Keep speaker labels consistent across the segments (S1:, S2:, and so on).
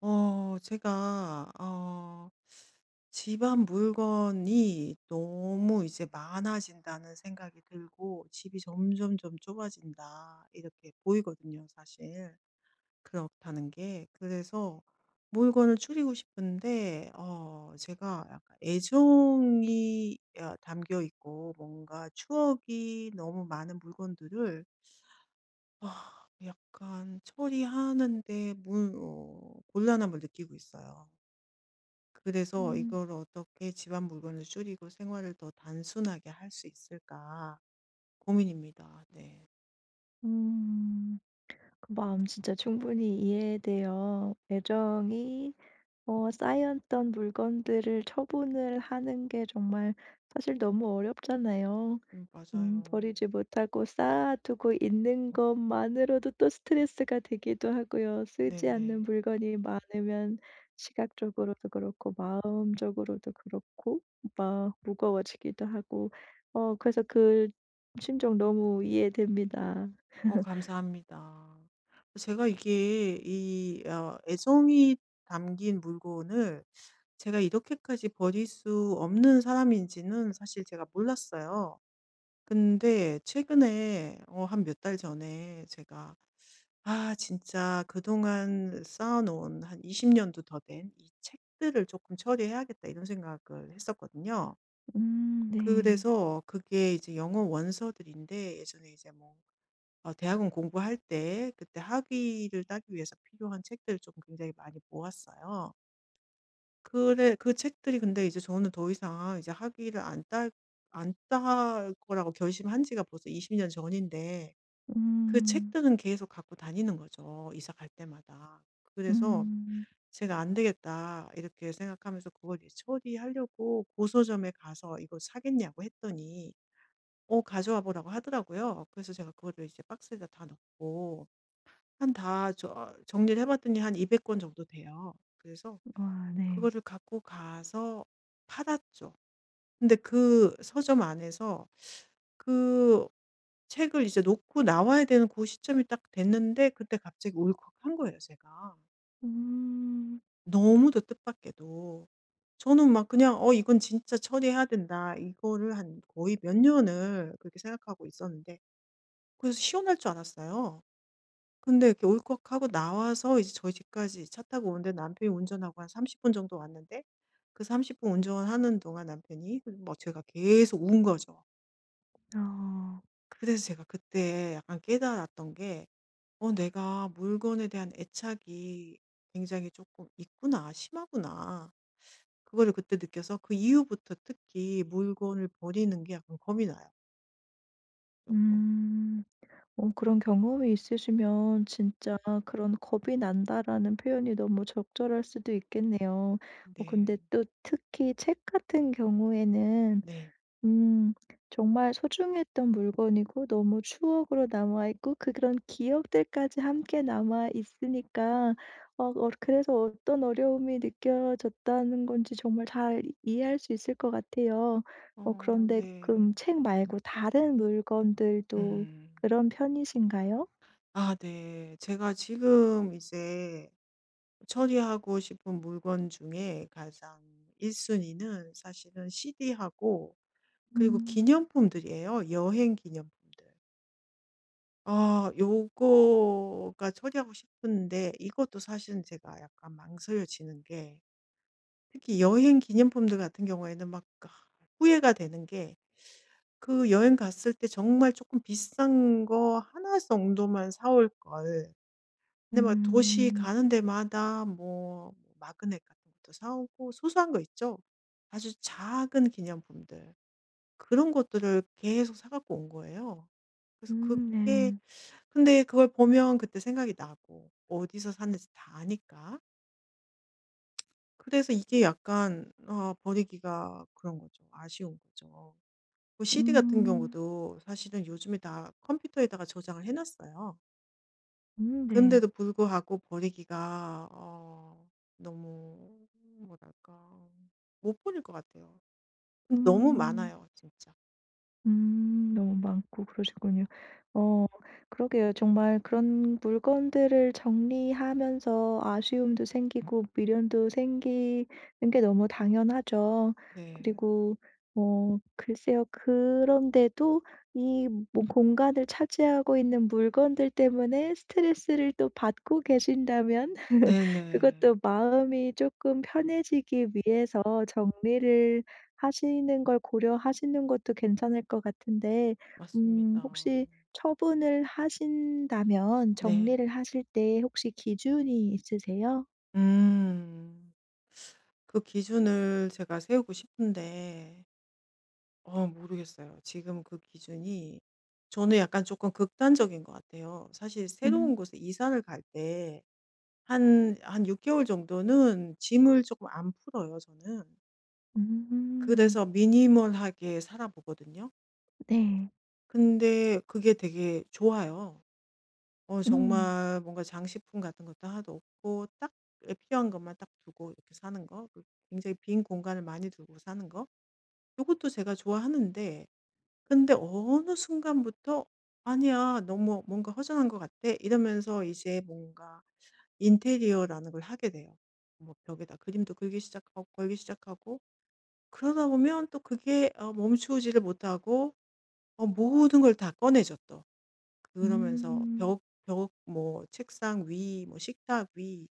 S1: 어, 제가, 어, 집안 물건이 너무 이제 많아진다는 생각이 들고, 집이 점점 점 좁아진다, 이렇게 보이거든요, 사실. 그렇다는 게. 그래서 물건을 줄이고 싶은데, 제가 약간 애정이 담겨 있고, 뭔가 추억이 너무 많은 물건들을, 약간 처리하는데 곤란함을 느끼고 있어요. 그래서
S2: 음.
S1: 이걸 어떻게 집안 물건을 줄이고 생활을 더 단순하게 할 수 있을까 고민입니다. 네.
S2: 음. 그 마음 진짜 충분히 이해돼요. 애정이 쌓였던 물건들을 처분을 하는 게 정말 사실 너무 어렵잖아요.
S1: 맞아요.
S2: 버리지 못하고 쌓아두고 있는 것만으로도 또 스트레스가 되기도 하고요. 쓰지 않는
S1: 네네.
S2: 물건이 많으면 시각적으로도 그렇고 마음적으로도 그렇고 막 무거워지기도 하고 그래서 그 심정 너무 이해됩니다.
S1: 감사합니다. 제가 이게 이 애정이 담긴 물건을 제가 이렇게까지 버릴 수 없는 사람인지는 사실 제가 몰랐어요. 근데 최근에 한 몇 달 전에 제가 진짜 그동안 쌓아 놓은 한 20 년도 더 된 이 책들을 조금 처리해야겠다 이런 생각을 했었거든요.
S2: 네.
S1: 그래서 그게 이제 영어 원서들인데 예전에 이제 뭐 대학원 공부할 때 그때 학위를 따기 위해서 필요한 책들을 좀 굉장히 많이 모았어요. 그래 그 책들이 근데 이제 저는 더 이상 이제 학위를 안 딸 거라고 결심한 지가 벌써 20년 전인데 그
S2: 음.
S1: 책들은 계속 갖고 다니는 거죠, 이사 갈 때마다. 그래서
S2: 음.
S1: 제가 '안 되겠다.' 이렇게 생각하면서 그걸 이제 처리하려고 고서점에 가서 "이거 사겠냐."고 했더니 가져와 보라고 하더라고요. 그래서 제가 그거를 이제 박스에다 다 넣고 한 다 정리를 해 봤더니 한 200권 정도 돼요. 그래서
S2: 와 네.
S1: 그거를 갖고 가서 팔았죠. 근데 그 서점 안에서 그 책을 이제 놓고 나와야 되는 그 시점이 딱 됐는데 그때 갑자기 울컥한 거예요 제가.
S2: 음.
S1: 너무도 뜻밖에도. 저는 막 그냥 이건 진짜 처리해야 된다.' 이거를 한 거의 몇 년을 그렇게 생각하고 있었는데 그래서 시원할 줄 알았어요. 근데 이렇게 울컥하고 나와서 이제 저희 집까지 차 타고 오는데 남편이 운전하고 한 30분 정도 왔는데 그 30분 운전하는 동안 남편이 뭐 제가 계속 운 거죠.
S2: 아.
S1: 그래서 제가 그때 약간 깨달았던 게 내가 물건에 대한 애착이 굉장히 조금 있구나, 심하구나. 그거를 그때 느껴서 그 이후부터 특히 물건을 버리는 게 약간 겁이 나요, 조금.
S2: 음. 그런 경험이 있으시면 진짜 그런 "겁이 난다."라는 표현이 너무 적절할 수도 있겠네요.
S1: 네,
S2: 근데 또 특히 책 같은 경우에는
S1: 네.
S2: 음. 정말 소중했던 물건이고 너무 추억으로 남아 있고 그런 기억들까지 함께 남아 있으니까 그래서 어떤 어려움이 느껴졌다는 건지 정말 잘 이해할 수 있을 것 같아요.
S1: 어,
S2: 그런데
S1: 네.
S2: 그럼 책 말고 다른 물건들도
S1: 음.
S2: 그런 편이신가요?
S1: 아, 네. 제가 지금 이제 처리하고 싶은 물건 중에 가장 1순위는 사실은 CD하고 그리고
S2: 음.
S1: 기념품들이에요. 여행 기념품들. 요거가 처리하고 싶은데 이것도 사실은 제가 약간 망설여지는 게 특히 여행 기념품들 같은 경우에는 막 후회가 되는 게 그 여행 갔을 때 정말 조금 비싼 거 하나 정도만 사 올 걸. 근데 막 도시
S2: 음.
S1: 가는 데마다 뭐 마그넷 같은 것도 사 오고 소소한 거 있죠? 아주 작은 기념품들. 그런 것들을 계속 사 갖고 온 거예요. 그래서 그게
S2: 네.
S1: 근데 그걸 보면 그때 생각이 나고 어디서 샀는지 다 아니까. 그래서 이게 약간 버리기가 그런 거죠. 아쉬운 거죠. 그 CD 같은
S2: 음.
S1: 경우도 사실은 요즘에 다 컴퓨터에다가 저장을 해 놨어요.
S2: 네.
S1: 근데도 불구하고 버리기가 너무 뭐랄까 못 버릴 것 같아요. 근데 너무
S2: 음.
S1: 많아요 진짜.
S2: 너무 많고 그러시군요. 어 그러게요. 정말 그런 물건들을 정리하면서 아쉬움도 생기고 미련도 생기는 게 너무 당연하죠.
S1: 네.
S2: 그리고 글쎄요. 그런데도 이뭐 공간을 차지하고 있는 물건들 때문에 스트레스를 또 받고 계신다면
S1: 네네.
S2: 그것도 마음이 조금 편해지기 위해서 정리를 하시는 걸 고려하시는 것도 괜찮을 것 같은데
S1: 맞습니다.
S2: 혹시 처분을 하신다면
S1: 네.
S2: 정리를 하실 때 혹시 기준이 있으세요?
S1: 음. 그 기준을 제가 세우고 싶은데 모르겠어요. 지금 그 기준이 저는 약간 조금 극단적인 것 같아요. 사실
S2: 음.
S1: 새로운 곳에 이사를 갈 때 한 6 개월 정도는 짐을 조금 안 풀어요 저는.
S2: 음.
S1: 그래서 미니멀하게 살아보거든요.
S2: 네.
S1: 근데 그게 되게 좋아요.
S2: 음.
S1: 정말 뭔가 장식품 같은 것도 하나도 없고 딱 예 필요한 것만 딱 두고 이렇게 사는 거. 그 굉장히 빈 공간을 많이 두고 사는 거. 요것도 제가 좋아하는데 근데 어느 순간부터 '아니야. 너무 뭔가 허전한 것 같아.' 이러면서 이제 뭔가 인테리어라는 걸 하게 돼요. 뭐 벽에다 그림도 그리기 시작하고 걸기 시작하고 그러다 보면 또 그게 멈추지를 못하고 모든 걸 다 꺼내죠 또. 그러면서
S2: 음.
S1: 벽, 뭐, 책상 위, 뭐, 식탁 위,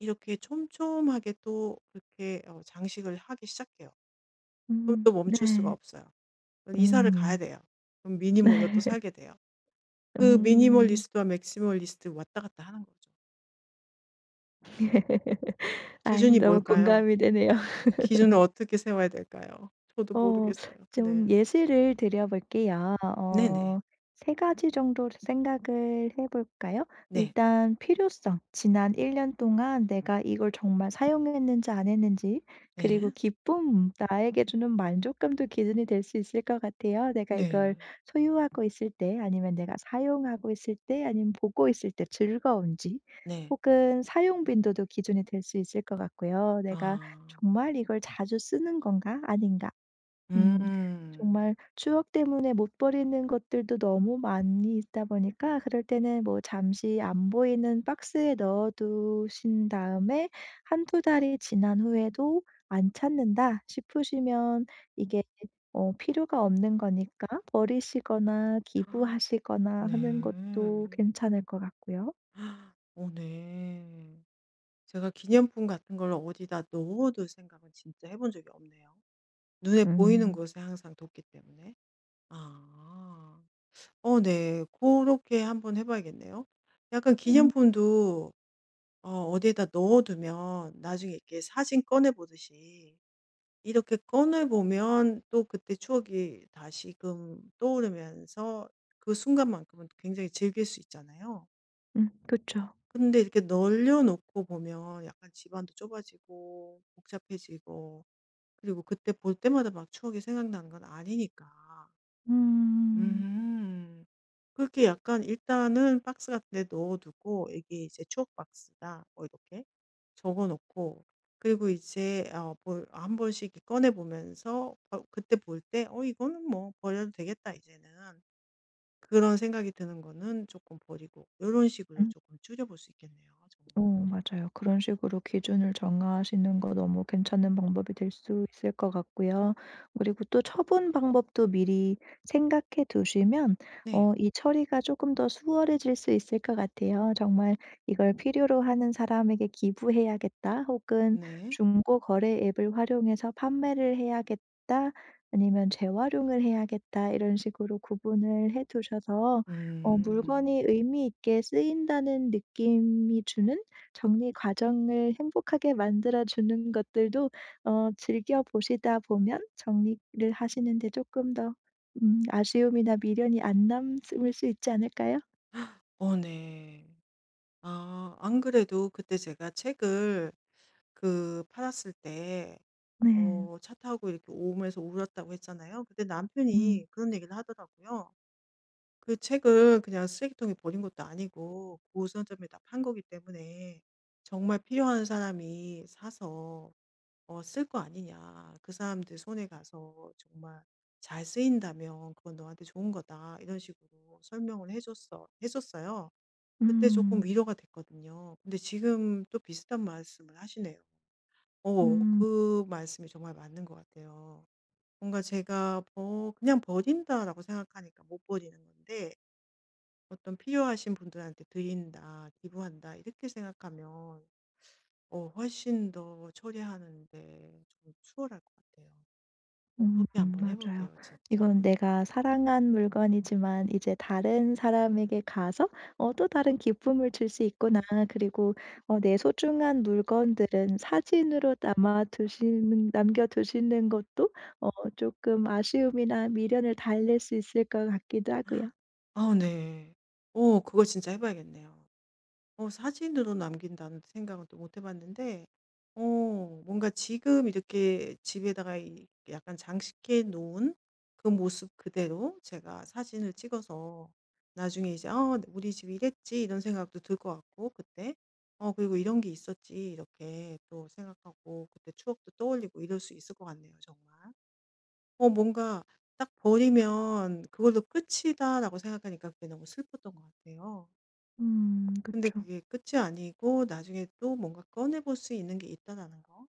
S1: 이렇게 촘촘하게 또 그렇게 장식을 하기 시작해요. 그럼
S2: 음.
S1: 또 멈출 수가
S2: 네.
S1: 없어요. 그럼 이사를 가야
S2: 음.
S1: 돼요. 그럼 미니멀로 또 살게 돼요. 그
S2: 음.
S1: 미니멀리스트와 맥시멀리스트 왔다 갔다 하는 거죠.
S2: 아이
S1: 기준이
S2: 너무
S1: 뭘까요?
S2: 공감이 되네요.
S1: 기준을 어떻게 세워야 될까요? 저도
S2: 어
S1: 모르겠어요. 네.
S2: 좀 예시를 드려 볼게요.
S1: 네네.
S2: 세 가지 정도 생각을 해 볼까요?
S1: 네.
S2: 일단 필요성, 지난 1년 동안 내가 이걸 정말 사용했는지 안 했는지, 그리고
S1: 네.
S2: 기쁨, 나에게 주는 만족감도 기준이 될 수 있을 것 같아요. 내가
S1: 네.
S2: 이걸 소유하고 있을 때 아니면 내가 사용하고 있을 때 아니면 보고 있을 때 즐거운지
S1: 네.
S2: 혹은 사용 빈도도 기준이 될 수 있을 것 같고요. '내가
S1: 아.
S2: 정말 이걸 자주 쓰는 건가? 아닌가?' 음.
S1: 음.
S2: 정말 추억 때문에 못 버리는 것들도 너무 많이 있다 보니까 그럴 때는 뭐 잠시 안 보이는 박스에 넣어 두신 다음에 한두 달이 지난 후에도 '안 찾는다.' 싶으시면 이게 필요가 없는 거니까 버리시거나
S1: 아,
S2: 기부하시거나
S1: 네.
S2: 하는 것도 괜찮을 것 같고요.
S1: 아, 어 네. 제가 기념품 같은 걸 어디다 넣어둘 생각은 진짜 해본 적이 없네요. 눈에 보이는
S2: 음.
S1: 곳에 항상 뒀기 때문에. 아. 어 네. 그렇게 한번 해 봐야겠네요. 약간
S2: 음.
S1: 기념품도 어디에다 넣어두면 나중에 이렇게 사진 꺼내 보듯이 이렇게 꺼내 보면 또 그때 추억이 다시금 떠오르면서 그 순간만큼은 굉장히 즐길 수 있잖아요.
S2: 음. 그쵸.
S1: 근데 이렇게 널려 놓고 보면 약간 집안도 좁아지고 복잡해지고 그리고 그때 볼 때마다 막 추억이 생각나는 건 아니니까.
S2: 음.
S1: 음. 그렇게 약간 일단은 박스 같은 데 넣어 두고 이게 이제 추억 박스다. 뭐 이렇게 적어 놓고 그리고 이제 볼 한 번씩 꺼내 보면서 그때 볼 때 이거는 뭐 버려도 되겠다 이제는.' 그런 생각이 드는 거는 조금 버리고 이런 식으로 조금 줄여 볼 수 있겠네요 정말.
S2: 맞아요. 그런 식으로 기준을 정하시는 거 너무 괜찮은 방법이 될 수 있을 것 같고요. 그리고 또 처분 방법도 미리 생각해 두시면
S1: 네.
S2: 이 처리가 조금 더 수월해질 수 있을 것 같아요. 정말 '이걸 필요로 하는 사람에게 기부해야겠다.' 혹은
S1: 네.
S2: '중고 거래 앱을 활용해서 판매를 해야겠다.' 아니면 '재활용을 해야겠다.' 이런 식으로 구분을 해 두셔서
S1: 음.
S2: 물건이 의미 있게 쓰인다는 느낌이 주는 정리 과정을 행복하게 만들어 주는 것들도 즐겨 보시다 보면 정리를 하시는 데 조금 더 아쉬움이나 미련이 안 남을 수 있지 않을까요?
S1: 어 네. 안 그래도 그때 제가 책을 그 팔았을 때
S2: 네.
S1: 차 타고 이렇게 오면서 울었다고 했잖아요. 근데
S2: 음.
S1: 남편이 그런 얘기를 하더라고요. 그 책을 그냥 쓰레기통에 버린 것도 아니고 고선점에 다 판 거기 때문에 정말 필요한 사람이 사서 쓸 거 아니냐. 그 사람들 손에 가서 정말 잘 쓰인다면 그건 너한테 좋은 거다. 이런 식으로 설명을 해 줬어요. 그때 조금
S2: 음.
S1: 위로가 됐거든요. 근데 지금 또 비슷한 말씀을 하시네요.
S2: 음.
S1: 그 말씀이 정말 맞는 것 같아요. 뭔가 제가 버 그냥 '버린다.'라고 생각하니까 못 버리는 건데 어떤 필요하신 분들한테 드린다, 기부한다 이렇게 생각하면 훨씬 더 처리하는 데 좀 수월할 것 같아요.
S2: 음
S1: 그렇게 한번 해
S2: 맞아요.
S1: 볼게요
S2: 이건
S1: 진짜.
S2: 내가 사랑한 물건이지만 이제 다른 사람에게 가서 또 다른 기쁨을 줄 수 있구나. 그리고 내 소중한 물건들은 사진으로 남아 두시는 남겨 두시는 것도 어금 아쉬움이나 미련을 달랠 수 있을 것 같기도 하고요.
S1: 아 네. 그거 진짜 해 봐야겠네요. 사진으로 남긴다는 생각은 또 못해 봤는데 어 뭔가 지금 이렇게 집에다가 이 약간 장식해 놓은 그 모습 그대로 제가 사진을 찍어서 나중에 이제 우리 집이 이랬지.' 이런 생각도 들 것 같고 그때. 그리고 '이런 게 있었지.' 이렇게 또 생각하고 그때 추억도 떠올리고 이럴 수 있을 것 같네요 정말. 뭔가 딱 버리면 '그걸로 끝이다.'라고 생각하니까 그게 너무 슬펐던 것 같아요. 근데
S2: 그쵸.
S1: 그게 끝이 아니고 나중에 또 뭔가 꺼내 볼 수 있는 게 있다라는 거.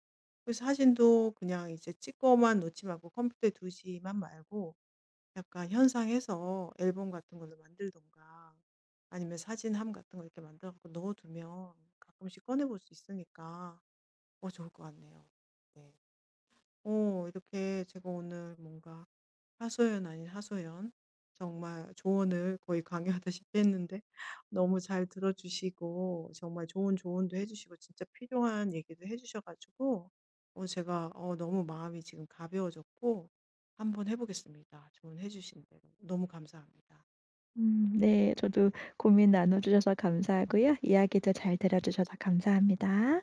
S1: 그래서 사진도 그냥 이제 찍고만 놓지 말고 컴퓨터에 두지만 말고 약간 현상해서 앨범 같은 걸로 만들던가 아니면 사진함 같은 거 이렇게 만들어 서 넣어 두면 가끔씩 꺼내 볼 수 있으니까 좋을 것 같네요. 네. 이렇게 제가 오늘 뭔가 하소연 아닌 하소연, 정말 조언을 거의 강요하다시피 했는데 너무 잘 들어주시고 정말 좋은 조언도 해주시고 진짜 필요한 얘기도 해주셔가지고 제가 너무 마음이 지금 가벼워졌고 한번 해보겠습니다. 조언해주신 대로. 너무 감사합니다.
S2: 네. 저도 고민 나눠 주셔서 감사하고요. 이야기도 잘 들어 주셔서 감사합니다.